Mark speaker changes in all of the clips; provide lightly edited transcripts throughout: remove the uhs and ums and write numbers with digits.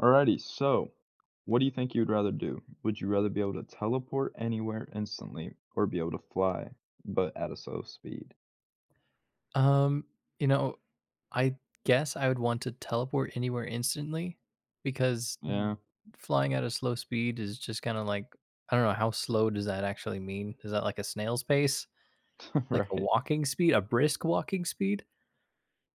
Speaker 1: Alrighty, so what do you think you'd rather do? Would you rather be able to teleport anywhere instantly or be able to fly, but at a slow speed?
Speaker 2: Um, you know, I guess I would want to teleport anywhere instantly because
Speaker 1: Mm.
Speaker 2: flying at a slow speed is just kind of like, I don't know, how slow does that actually mean? Is that like a snail's pace?
Speaker 1: Yeah,
Speaker 2: Like a
Speaker 1: right.
Speaker 2: walking speed, a brisk walking speed?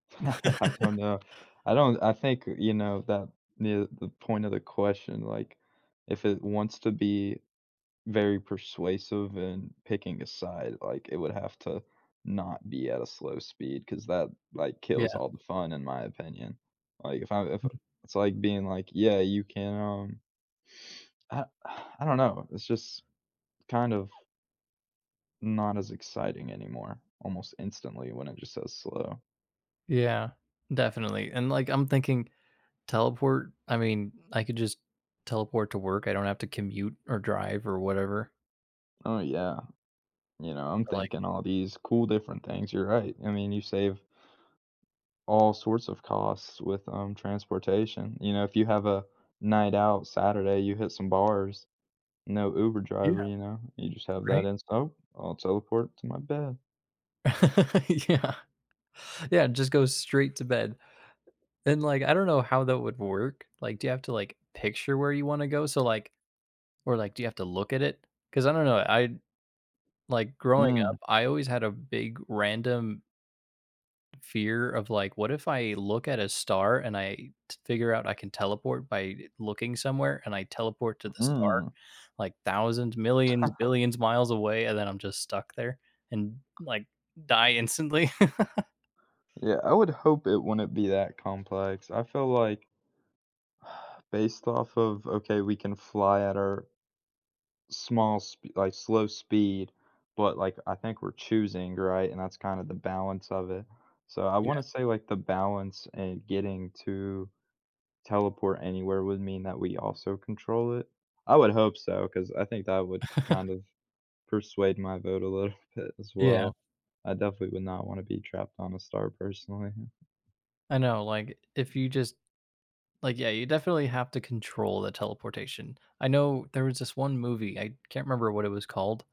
Speaker 1: I don't know. I don't, I think, that the point of the question, if it wants to be very persuasive and picking a side, like, it would have to not be at a slow speed because that, like, kills
Speaker 2: Yeah.
Speaker 1: all the fun, in my opinion. Like, if I, if
Speaker 2: Mhm.
Speaker 1: it's like being like, yeah, you can, I I don't know. It's just kind of not as exciting anymore almost instantly when it just says slow.
Speaker 2: Yeah. Definitely. And like I'm thinking teleport, I mean, I could just teleport to work. I don't have to commute or drive or whatever.
Speaker 1: Oh yeah, you know, I'm
Speaker 2: Or, like,
Speaker 1: thinking all these cool different things. You're right. I mean, you save all sorts of costs with transportation. You know, if you have a night out Saturday, you hit some bars, no Uber
Speaker 2: yeah,
Speaker 1: driver, you know. You just have that
Speaker 2: right?
Speaker 1: in oh, I'll teleport to my bed.
Speaker 2: Yeah. Yeah, just go straight to bed. And, like, I don't know how that would work. Like, do you have to, like, picture where you wanna go? So, like, or, like, do you have to look at it? Because I don't know, I like, growing
Speaker 1: Mm,
Speaker 2: up, I always had a big random fear of, like, what if I look at a star and I t figure out I can teleport by looking somewhere and I teleport to the star,
Speaker 1: mm.
Speaker 2: like, thousands, millions, billions miles away, and then I'm just stuck there and, like, die instantly?
Speaker 1: Yeah, I would hope it wouldn't be that complex. I feel like Based off of, okay, we can fly at our small sp like, slow speed, but, like, I think we're choosing, right? And that's kinda the balance of it. So, I wanna say, like, the balance and getting to teleport anywhere would mean that we also control it. I would hope so, because I think that would
Speaker 2: Yeah.
Speaker 1: kind of persuade my vote a little bit as
Speaker 2: Yeah.
Speaker 1: well. I definitely would not wanna be trapped on a star personally.
Speaker 2: I know, like, if you just like, yeah, you definitely have to control the teleportation. I know there was this one movie, I can't remember what it was called.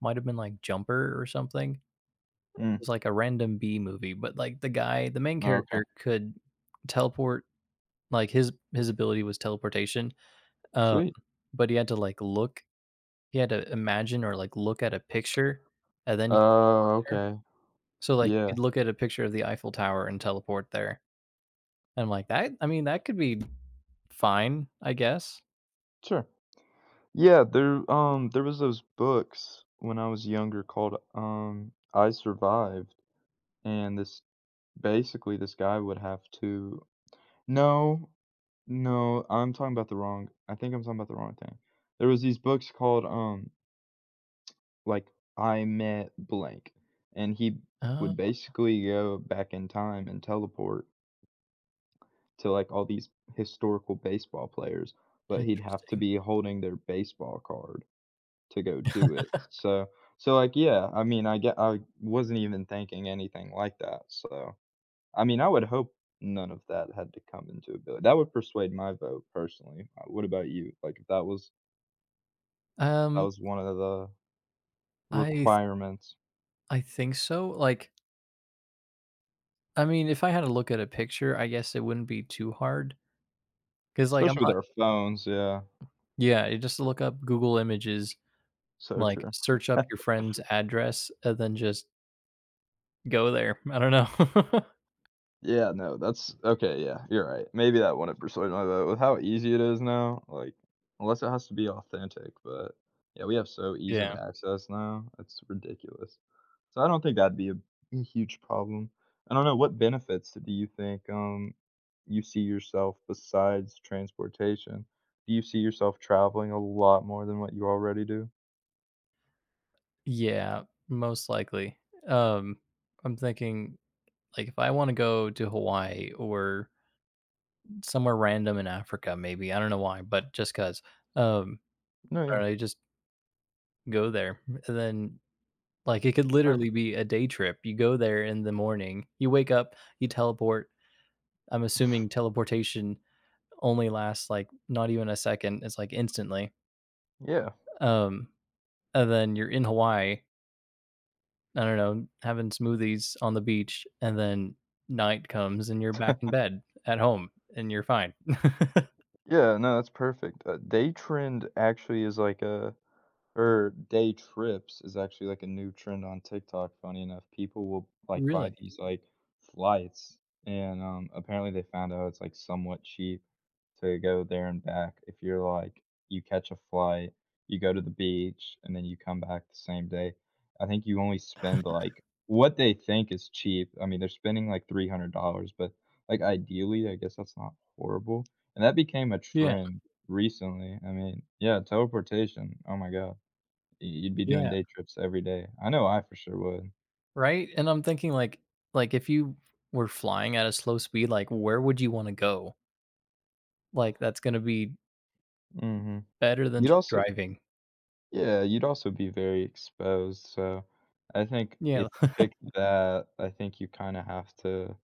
Speaker 2: Might have been like Jumper or something. It
Speaker 1: Mm,
Speaker 2: was like a random B movie, but like the guy, the main
Speaker 1: okay.
Speaker 2: character could teleport, like his ability was teleportation. Uh,
Speaker 1: Sweet.
Speaker 2: but he had to like look, he had to imagine or like look at a picture, and then you could
Speaker 1: Oh,
Speaker 2: teleport.
Speaker 1: okay.
Speaker 2: So like
Speaker 1: Yeah.
Speaker 2: you could look at a picture of the Eiffel Tower and teleport there. And I'm like that, I mean, that could be fine, I guess.
Speaker 1: Sure. Yeah, there there was those books when I was younger called I Survived and this basically this guy would have to no, no, I think I'm talking about the wrong thing. There was these books called like I Met Blank and he
Speaker 2: Oh,
Speaker 1: would basically go back in time and teleport to like all these historical baseball players, but he'd have to
Speaker 2: interesting.
Speaker 1: be holding their baseball card to go do it. So, like, yeah, I mean, I wasn't even thinking anything like that, so I mean, I would hope none of that had to come into a bill. That would persuade my vote personally. What about you? Like, if that was that
Speaker 2: Um,
Speaker 1: was one of the
Speaker 2: I th
Speaker 1: requirements,
Speaker 2: I think so, like, I mean, if I had to look at a picture, I guess it wouldn't be too hard. Cause like, I'm
Speaker 1: especially with
Speaker 2: not.
Speaker 1: our phones, yeah,
Speaker 2: Yeah, you just look up Google Images,
Speaker 1: so
Speaker 2: like,
Speaker 1: true.
Speaker 2: search up your friend's address, and then just go there. I don't know.
Speaker 1: Yeah, no, that's okay, yeah, you're right. Maybe that wouldn't persuade my vote with how easy it is now, like, unless it has to be authentic, but, yeah, we have so ease of
Speaker 2: Yeah.
Speaker 1: access now, it's ridiculous. So I don't think that'd be a huge problem. I don't know, what benefits do you think, you see yourself besides transportation? Do you see yourself traveling a lot more than what you already do?
Speaker 2: Yeah, most likely. Um, I'm thinking, like, if I wanna go to Hawaii or somewhere random in Africa, maybe, I don't know why, but just cause. um,
Speaker 1: No,
Speaker 2: I
Speaker 1: yeah,
Speaker 2: don't know, you just go there, and then like, it could
Speaker 1: all right.
Speaker 2: literally be a day trip. You go there in the morning, you wake up, you teleport. I'm assuming teleportation only lasts, like, not even a second, it's, like, instantly.
Speaker 1: Yeah.
Speaker 2: Um, and then you're in Hawaii, I don't know, having smoothies on the beach, and then night comes and you're back in bed at home, and you're fine.
Speaker 1: Yeah, no, that's perfect. Day trend actually is like a Or day trips is actually, like, a new trend on TikTok, funny enough. People will, like,
Speaker 2: Really?
Speaker 1: buy these, like, flights, and, apparently they found out it's, like, somewhat cheap to go there and back. If you're, like You catch a flight, you go to the beach, and then you come back the same day. I think you only spend, like what they think is cheap. I mean, they're spending, like, $300, but, like, ideally, I guess that's not horrible, and that became a
Speaker 2: Yeah,
Speaker 1: trend recently. I mean, yeah, teleportation, oh my god. Y You'd be doing
Speaker 2: yeah,
Speaker 1: day trips every day. I know I for sure would.
Speaker 2: right? And I'm thinking, like, if you were flying at a slow speed, like, where would you wanna go? Like, that's gonna be
Speaker 1: Mhm.
Speaker 2: better than
Speaker 1: You'd
Speaker 2: just
Speaker 1: also
Speaker 2: driving.
Speaker 1: Yeah, you'd also be very exposed, so I think if
Speaker 2: Yeah,
Speaker 1: you pick that, I think you kinda have to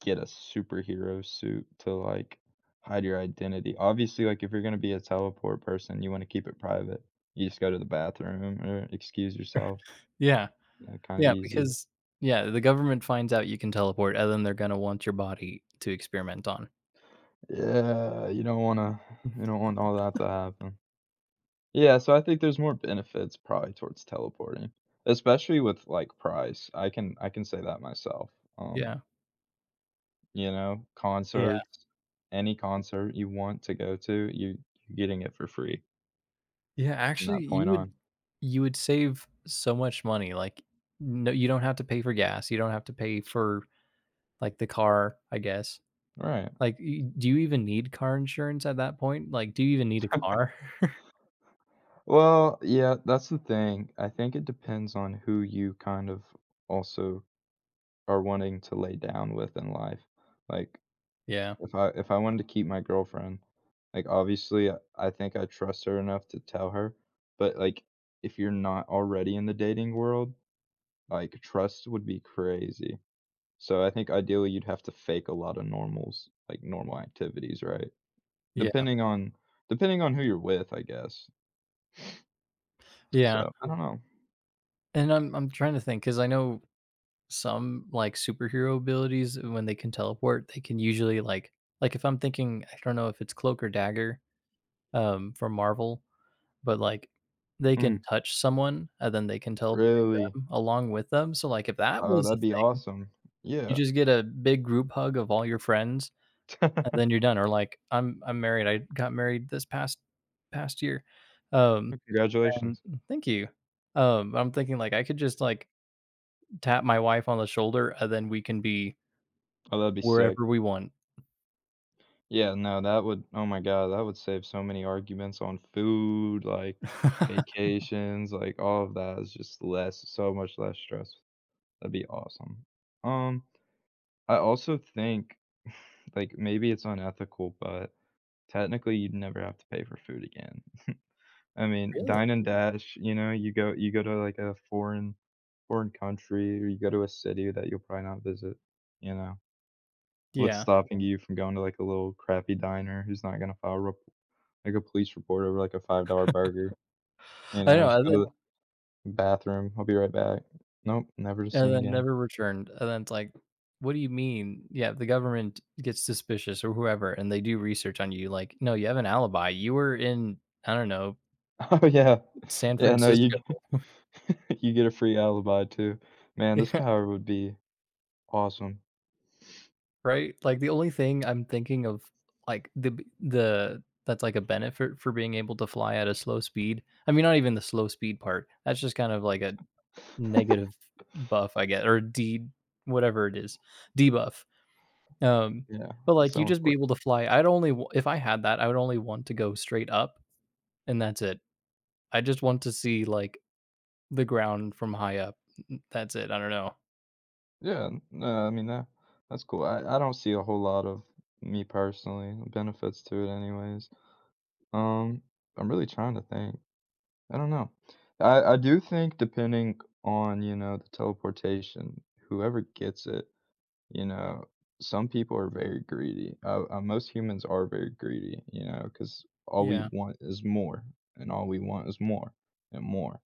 Speaker 1: get a superhero suit to, like, hide your identity. Obviously, like, if you're gonna be a teleport person, you wanna keep it private. You just go to the bathroom or excuse yourself,
Speaker 2: yeah,
Speaker 1: kinda
Speaker 2: yeah,
Speaker 1: easy.
Speaker 2: because yeah, the government finds out you can teleport, and then they're gonna want your body to experiment on.
Speaker 1: Yeah, you don't wanna you don't want all that to happen. Yeah, so I think there's more benefits probably towards teleporting, especially with, like, price. I can say that myself.
Speaker 2: Yeah,
Speaker 1: Um, you know,
Speaker 2: yeah,
Speaker 1: concerts, any concert you want to go to, you're getting it for free
Speaker 2: yeah,
Speaker 1: from
Speaker 2: actually,
Speaker 1: that
Speaker 2: you
Speaker 1: point mm.
Speaker 2: would
Speaker 1: on.
Speaker 2: you would save so much money, like, no, you don't have to pay for gas, you don't have to pay for, like, the car, I guess.
Speaker 1: Right.
Speaker 2: Like, y do you even need car insurance at that point? Like, do you even need a car?
Speaker 1: Well, yeah, that's the thing. I think it depends on who you kind of also are wanting to lay down with in life. Like
Speaker 2: Yeah,
Speaker 1: If I wanted to keep my girlfriend, like, obviously, I think I trust her enough to tell her, but, like, if you're not already in the dating world, like, trust would be crazy. So, I think ideally you'd have to fake a lot of normals, like, normal activities, right?
Speaker 2: yeah,
Speaker 1: Depending on depending on who you're with, I guess.
Speaker 2: yeah,
Speaker 1: So, I don't know.
Speaker 2: and I'm trying to think. Cause I know some like superhero abilities when they can teleport, they can usually like if I'm thinking, I don't know if it's Cloak or Dagger, from Marvel, but like they can
Speaker 1: Mm,
Speaker 2: touch someone and then they can teleport
Speaker 1: really?
Speaker 2: them along with them. So like if that
Speaker 1: Oh,
Speaker 2: was
Speaker 1: that'd
Speaker 2: a
Speaker 1: be
Speaker 2: thing,
Speaker 1: awesome.
Speaker 2: you
Speaker 1: Yeah.
Speaker 2: just get a big group hug of all your friends and then you're done. Or like I'm married. I got married this past year. Um and
Speaker 1: Congratulations.
Speaker 2: thank you. I'm thinking like I could just like tap my wife on the shoulder and then we can be
Speaker 1: Oh, that'd be sick.
Speaker 2: wherever we want.
Speaker 1: Yeah, no, that would oh my god, that would save so many arguments on food, like, vacations, like, all of that is just less so much less stress. That'd be awesome. Um, I also think, like, maybe it's unethical, but technically you'd never have to pay for food again. I mean,
Speaker 2: Really?
Speaker 1: dine and dash, you know, you go to, like, a foreign country, or you go to a city that you'll probably not visit, you know? What's
Speaker 2: Yeah.
Speaker 1: stopping you from going to, like, a little crappy diner who's not gonna file rep like, a police report over, like, a $5 burger, you
Speaker 2: I
Speaker 1: know?
Speaker 2: know,
Speaker 1: Just
Speaker 2: and
Speaker 1: go to
Speaker 2: then
Speaker 1: the bathroom, "I'll be right back." "Nope, never
Speaker 2: and
Speaker 1: seen
Speaker 2: then
Speaker 1: again."
Speaker 2: never returned, and then it's like, "What do you mean?" Yeah, the government gets suspicious or whoever, and they do research on you, like, "No, you have an alibi. You were in, I don't know,
Speaker 1: Oh, yeah.
Speaker 2: San
Speaker 1: Yeah, no,
Speaker 2: Francisco."
Speaker 1: you you get a free alibi too. Man, this
Speaker 2: Yeah,
Speaker 1: power would be awesome.
Speaker 2: right? Like, the only thing I'm thinking of, like, the that's, like, a benefit for being able to fly at a slow speed, I mean, not even the slow speed part. That's just kind of like a negative buff, I guess, or D whatever it is, debuff. Um,
Speaker 1: Yeah,
Speaker 2: but like you
Speaker 1: so
Speaker 2: just be able
Speaker 1: important.
Speaker 2: to fly. I'd only if I had that, I would only want to go straight up, and that's it. I just want to see like the ground from high up. That's it. I don't know.
Speaker 1: Yeah, no, I mean, that's cool. I don't see a whole lot of me personally, benefits to it anyways. Um, I'm really trying to think. I don't know. I do think depending on, you know, the teleportation, whoever gets it, you know, some people are very greedy. Most humans are very greedy, you know, because all we
Speaker 2: Yeah,
Speaker 1: want is more, and all we want is more and more.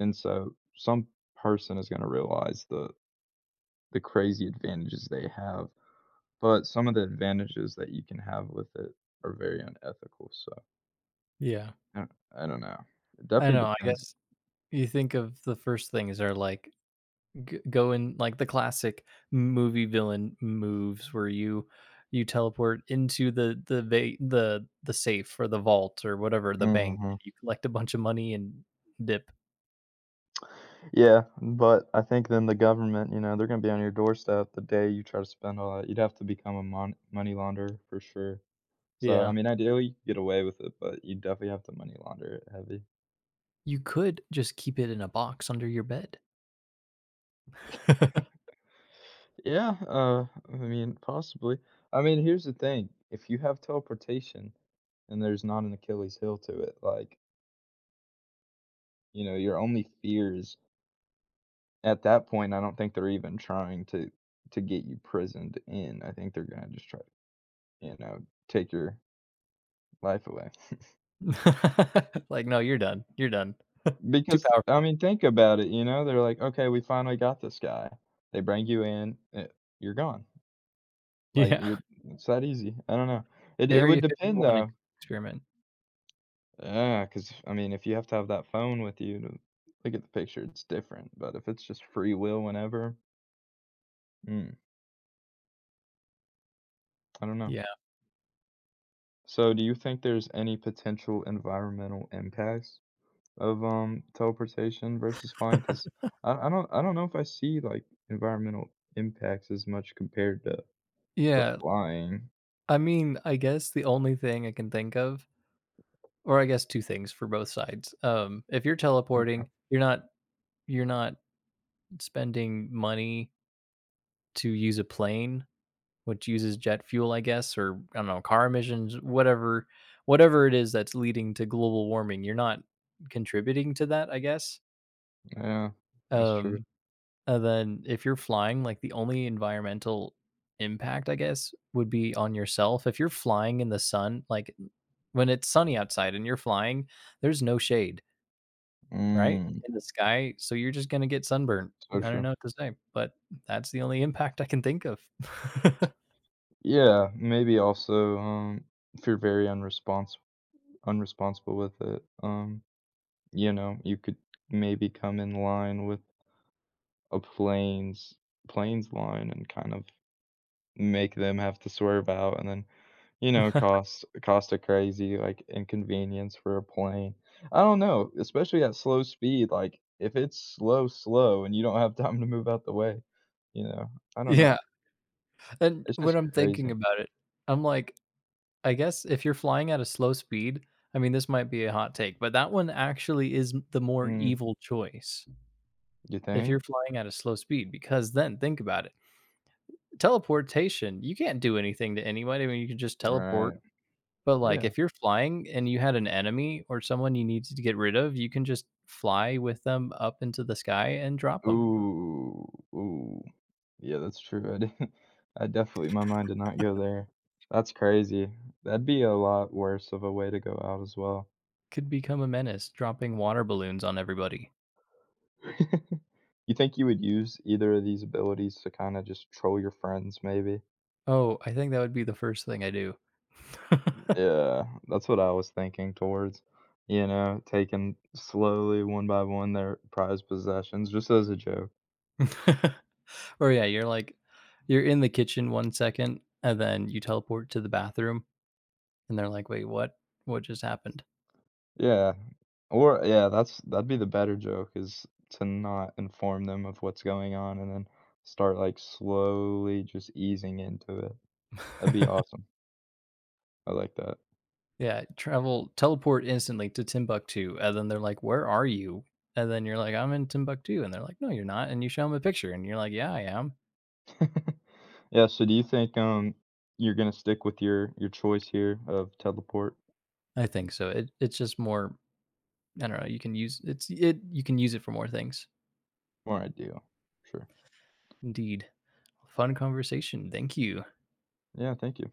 Speaker 1: And so some person is gonna realize the crazy advantages they have, but some of the advantages that you can have with it are very unethical, so
Speaker 2: yeah.
Speaker 1: I don't know. It
Speaker 2: I
Speaker 1: definitely
Speaker 2: know. I
Speaker 1: depends.
Speaker 2: guess you think of the first things are like go in like the classic movie villain moves where you teleport into the safe or the vault or whatever, the bank,
Speaker 1: Mhm.
Speaker 2: and you collect a bunch of money and dip.
Speaker 1: Yeah, but I think then the government, you know, they're gonna be on your doorstep the day you try to spend all that. You'd have to become a money launderer for sure. So, I
Speaker 2: Yeah,
Speaker 1: mean, ideally, you could get away with it, but you definitely have to money launder it heavy.
Speaker 2: you could just keep it in a box under your bed.
Speaker 1: Yeah, I mean, possibly. I mean, here's the thing. If you have teleportation and there's not an Achilles heel to it, like, you know, your only fears at that point, I don't think they're even trying to get you prisoned in. I think they're gonna just try, you know, take your life away.
Speaker 2: Like, no, you're done, you're done. Too
Speaker 1: Because, I
Speaker 2: powerful.
Speaker 1: mean, think about it, you know, they're like, "Okay, we finally got this guy." They bring you in, eh, you're gone. Like,
Speaker 2: Yeah,
Speaker 1: you're It's that easy. I don't know. It would
Speaker 2: area
Speaker 1: depend,
Speaker 2: 51
Speaker 1: though.
Speaker 2: experiment.
Speaker 1: Yeah, because I mean, if you have to have that phone with you to look at the picture, it's different, but if it's just free will whenever, mm, I don't know.
Speaker 2: Yeah.
Speaker 1: So, do you think there's any potential environmental impacts of, teleportation versus flying? Because I don't know if I see, like, environmental impacts as much compared to
Speaker 2: Yeah,
Speaker 1: flying.
Speaker 2: I mean, I guess the only thing I can think of, or I guess two things for both sides. If you're
Speaker 1: Hmm,
Speaker 2: teleporting, you're not spending money to use a plane, which uses jet fuel, I guess, or I don't know, car emissions, whatever it is that's leading to global warming, you're not contributing to that, I guess.
Speaker 1: yeah, that's
Speaker 2: Um,
Speaker 1: true.
Speaker 2: and then if you're flying, like, the only environmental impact, I guess, would be on yourself. If you're flying in the sun, like, when it's sunny outside and you're flying, there's no shade. Right?
Speaker 1: Mm.
Speaker 2: In the sky, so you're just gonna get sunburned.
Speaker 1: So
Speaker 2: I don't
Speaker 1: true.
Speaker 2: know what to say, but that's the only impact I can think of.
Speaker 1: Yeah, maybe also, if you're very unresponsible, unresponsible with it, you know, you could maybe come in line with a plane's line and kind of make them have to swerve out and then you know, cost a crazy, like, inconvenience for a plane. I don't know, especially at slow speed, like, if it's slow, slow, and you don't have time to move out the way, you know, I don't know.
Speaker 2: Yeah, and
Speaker 1: It's
Speaker 2: when
Speaker 1: just
Speaker 2: I'm thinking
Speaker 1: crazy.
Speaker 2: about it, I'm like, I guess if you're flying at a slow speed, I mean, this might be a hot take, but that one actually is the more
Speaker 1: Mm,
Speaker 2: evil choice
Speaker 1: you
Speaker 2: if
Speaker 1: think?
Speaker 2: you're flying at a slow speed, because then think about it. Teleportation, you can't do anything to anybody, I mean, you can just teleport.
Speaker 1: Right.
Speaker 2: But, like,
Speaker 1: Yeah.
Speaker 2: if you're flying and you had an enemy or someone you needed to get rid of, you can just fly with them up into the sky and drop them.
Speaker 1: Ooh, ooh. Yeah, that's true. I didn't I definitely my mind did not go there. That's crazy. That'd be a lot worse of a way to go out as well.
Speaker 2: Could become a menace, dropping water balloons on everybody.
Speaker 1: You think you would use either of these abilities to kinda just troll your friends maybe?
Speaker 2: Oh, I think that would be the first thing I do.
Speaker 1: Yeah, that's what I was thinking towards, you know, taking slowly one by one their prized possessions just as a joke.
Speaker 2: Or, yeah, you're, like, you're in the kitchen 1 second, and then you teleport to the bathroom, and they're like, "Wait, what? What just happened?"
Speaker 1: Yeah, yeah, that's that'd be the better joke is to not inform them of what's going on and then start, like, slowly just easing into it. That'd be awesome. I like that.
Speaker 2: Yeah, travel teleport instantly to Timbuktu, and then they're like, "Where are you?" And then you're like, "I'm in Timbuktu," and they're like, "No, you're not." And you show them a picture, and you're like, "Yeah, I am."
Speaker 1: Yeah, so do you think, you're gonna stick with your choice here of teleport?
Speaker 2: I think so. It, it's just more. I don't know. You can use it's it. You can use it for more things.
Speaker 1: Or I do. Sure.
Speaker 2: Indeed, fun conversation. Thank you.
Speaker 1: Yeah, thank you.